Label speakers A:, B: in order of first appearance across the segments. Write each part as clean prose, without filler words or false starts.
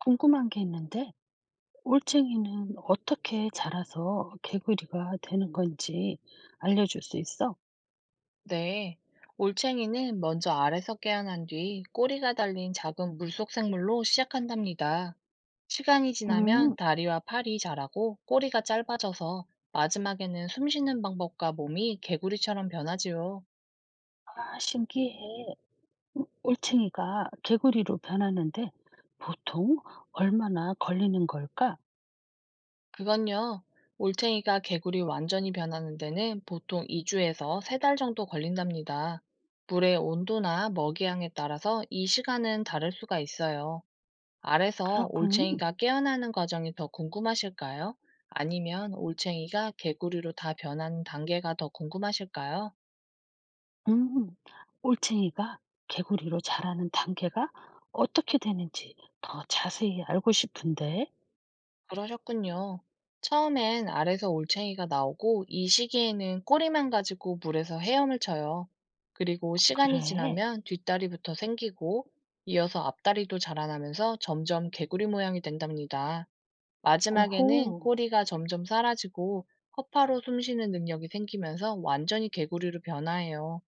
A: 궁금한 게 있는데, 올챙이는 어떻게 자라서 개구리가 되는 건지 알려줄 수 있어?
B: 네. 올챙이는 먼저 알에서 깨어난 뒤 꼬리가 달린 작은 물속 생물로 시작한답니다. 시간이 지나면
A: 음,
B: 다리와 팔이 자라고 꼬리가 짧아져서 마지막에는 숨 쉬는 방법과 몸이 개구리처럼 변하지요.
A: 아, 신기해. 올챙이가 개구리로 변하는데 보통 얼마나 걸리는 걸까?
B: 그건요, 올챙이가 개구리 완전히 변하는 데는 보통 2주에서 3달 정도 걸린답니다. 물의 온도나 먹이 양에 따라서 이 시간은 다를 수가 있어요. 알에서
A: 그렇군.
B: 올챙이가 깨어나는 과정이 더 궁금하실까요? 아니면 올챙이가 개구리로 다 변하는 단계가 더 궁금하실까요?
A: 음, 올챙이가 개구리로 자라는 단계가 어떻게 되는지 더 자세히 알고 싶은데.
B: 그러셨군요. 처음엔 알에서 올챙이가 나오고 이 시기에는 꼬리만 가지고 물에서 헤엄을 쳐요. 그리고 시간이
A: 그래.
B: 지나면 뒷다리부터 생기고 이어서 앞다리도 자라나면서 점점 개구리 모양이 된답니다. 마지막에는
A: 오호.
B: 꼬리가 점점 사라지고 허파로 숨쉬는 능력이 생기면서 완전히 개구리로 변화해요.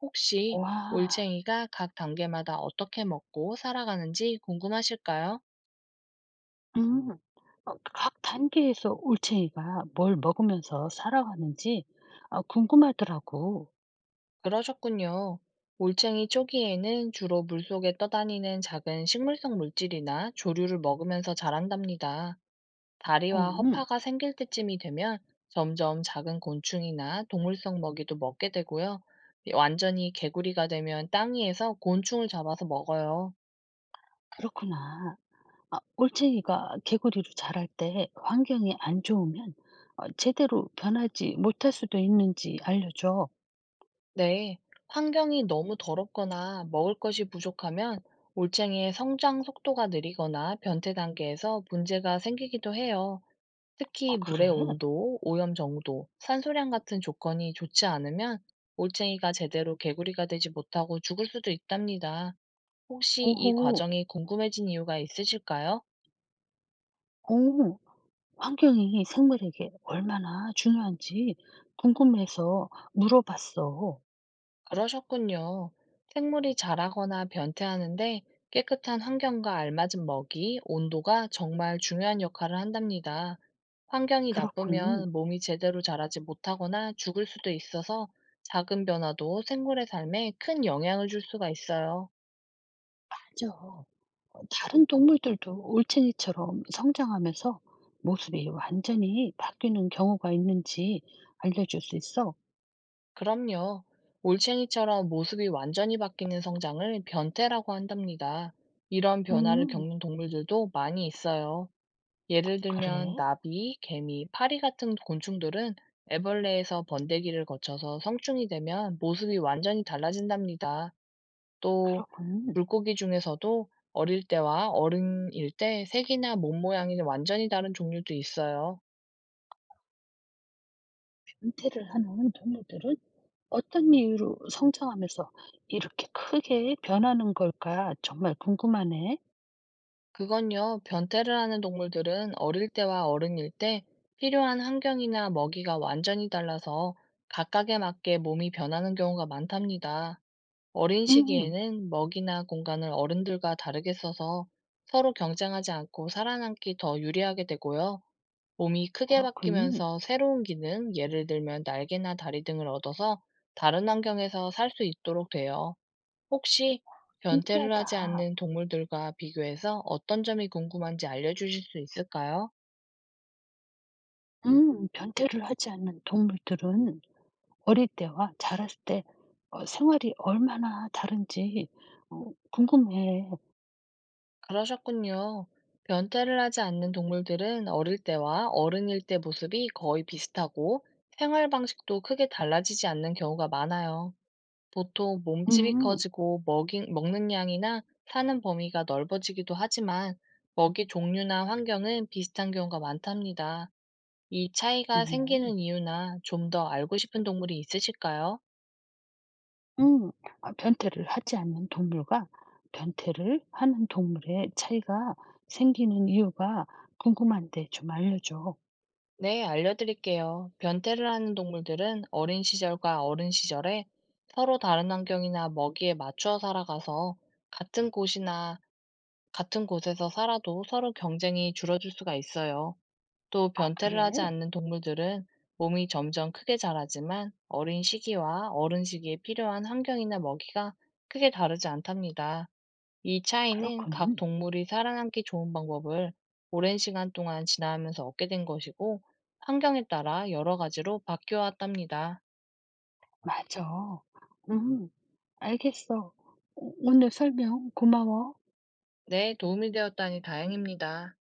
B: 혹시
A: 와.
B: 올챙이가 각 단계마다 어떻게 먹고 살아가는지 궁금하실까요?
A: 음. 각 단계에서 올챙이가 뭘 먹으면서 살아가는지 궁금하더라고.
B: 그러셨군요. 올챙이 초기에는 주로 물속에 떠다니는 작은 식물성 물질이나 조류를 먹으면서 자란답니다.
A: 어,
B: 다리와
A: 음
B: 허파가 생길 때쯤이 되면 점점 작은 곤충이나 동물성 먹이도 먹게 되고요. 완전히 개구리가 되면 땅 위에서 곤충을 잡아서 먹어요.
A: 그렇구나. 올챙이가 개구리로 자랄 때 환경이 안 좋으면 제대로 변하지 못할 수도 있는지 알려줘.
B: 네, 환경이 너무 더럽거나 먹을 것이 부족하면 올챙이의 성장 속도가 느리거나 변태 단계에서 문제가 생기기도 해요.
A: 어,
B: 특히
A: 그래?
B: 물의 온도, 오염 정도, 산소량 같은 조건이 좋지 않으면 올챙이가 제대로 개구리가 되지 못하고 죽을 수도 있답니다. 혹시 이
A: 오호.
B: 과정이 궁금해진 이유가 있으실까요?
A: 오. 환경이 생물에게 얼마나 중요한지 궁금해서 물어봤어.
B: 그러셨군요. 생물이 자라거나 변태하는데 깨끗한 환경과 알맞은 먹이, 온도가 정말 중요한 역할을 한답니다. 환경이
A: 그렇군.
B: 나쁘면 몸이 제대로 자라지 못하거나 죽을 수도 있어서 작은 변화도 생물의 삶에 큰 영향을 줄 수가 있어요.
A: 맞아. 다른 동물들도 올챙이처럼 성장하면서 모습이 완전히 바뀌는 경우가 있는지 알려줄 수 있어?
B: 그럼요. 올챙이처럼 모습이 완전히 바뀌는 성장을 변태라고 한답니다. 이런 변화를
A: 음,
B: 겪는 동물들도 많이 있어요. 예를 들면
A: 그래,
B: 나비, 개미, 파리 같은 곤충들은 애벌레에서 번데기를 거쳐서 성충이 되면 모습이 완전히 달라진답니다. 또
A: 그렇군.
B: 물고기 중에서도 어릴 때와 어른일 때 색이나 몸 모양이 완전히 다른 종류도 있어요.
A: 변태를 하는 동물들은 어떤 이유로 성장하면서 이렇게 크게 변하는 걸까? 정말 궁금하네.
B: 그건요, 변태를 하는 동물들은 어릴 때와 어른일 때 필요한 환경이나 먹이가 완전히 달라서 각각에 맞게 몸이 변하는 경우가 많답니다. 어린
A: 음,
B: 시기에는 먹이나 공간을 어른들과 다르게 써서 서로 경쟁하지 않고 살아남기 더 유리하게 되고요. 몸이 크게
A: 그렇군.
B: 바뀌면서 새로운 기능, 예를 들면 날개나 다리 등을 얻어서 다른 환경에서 살 수 있도록 돼요. 혹시 변태를 하지
A: 신기하다.
B: 않는 동물들과 비교해서 어떤 점이 궁금한지 알려주실 수 있을까요?
A: 변태를 하지 않는 동물들은 어릴 때와 자랐을 때 생활이 얼마나 다른지 궁금해.
B: 그러셨군요. 변태를 하지 않는 동물들은 어릴 때와 어른일 때 모습이 거의 비슷하고 생활 방식도 크게 달라지지 않는 경우가 많아요. 보통 몸집이
A: 음.
B: 커지고 먹이, 먹는 양이나 사는 범위가 넓어지기도 하지만 먹이 종류나 환경은 비슷한 경우가 많답니다. 이 차이가
A: 정말?
B: 생기는 이유나 좀 더 알고 싶은 동물이 있으실까요?
A: 음. 변태를 하지 않는 동물과 변태를 하는 동물의 차이가 생기는 이유가 궁금한데 좀 알려줘.
B: 네, 알려드릴게요. 변태를 하는 동물들은 어린 시절과 어른 시절에 서로 다른 환경이나 먹이에 맞추어 살아가서 같은 곳이나 같은 곳에서 살아도 서로 경쟁이 줄어들 수가 있어요. 또 변태를 하지
A: 그래?
B: 않는 동물들은 몸이 점점 크게 자라지만 어린 시기와 어른 시기에 필요한 환경이나 먹이가 크게 다르지 않답니다. 이 차이는 각
A: 그렇군.
B: 동물이 살아남기 좋은 방법을 오랜 시간 동안 지나하면서 얻게 된 것이고, 환경에 따라 여러 가지로 바뀌어 왔답니다.
A: 맞아. 음. 알겠어. 오 오늘 설명 고마워.
B: 네, 도움이 되었다니 다행입니다.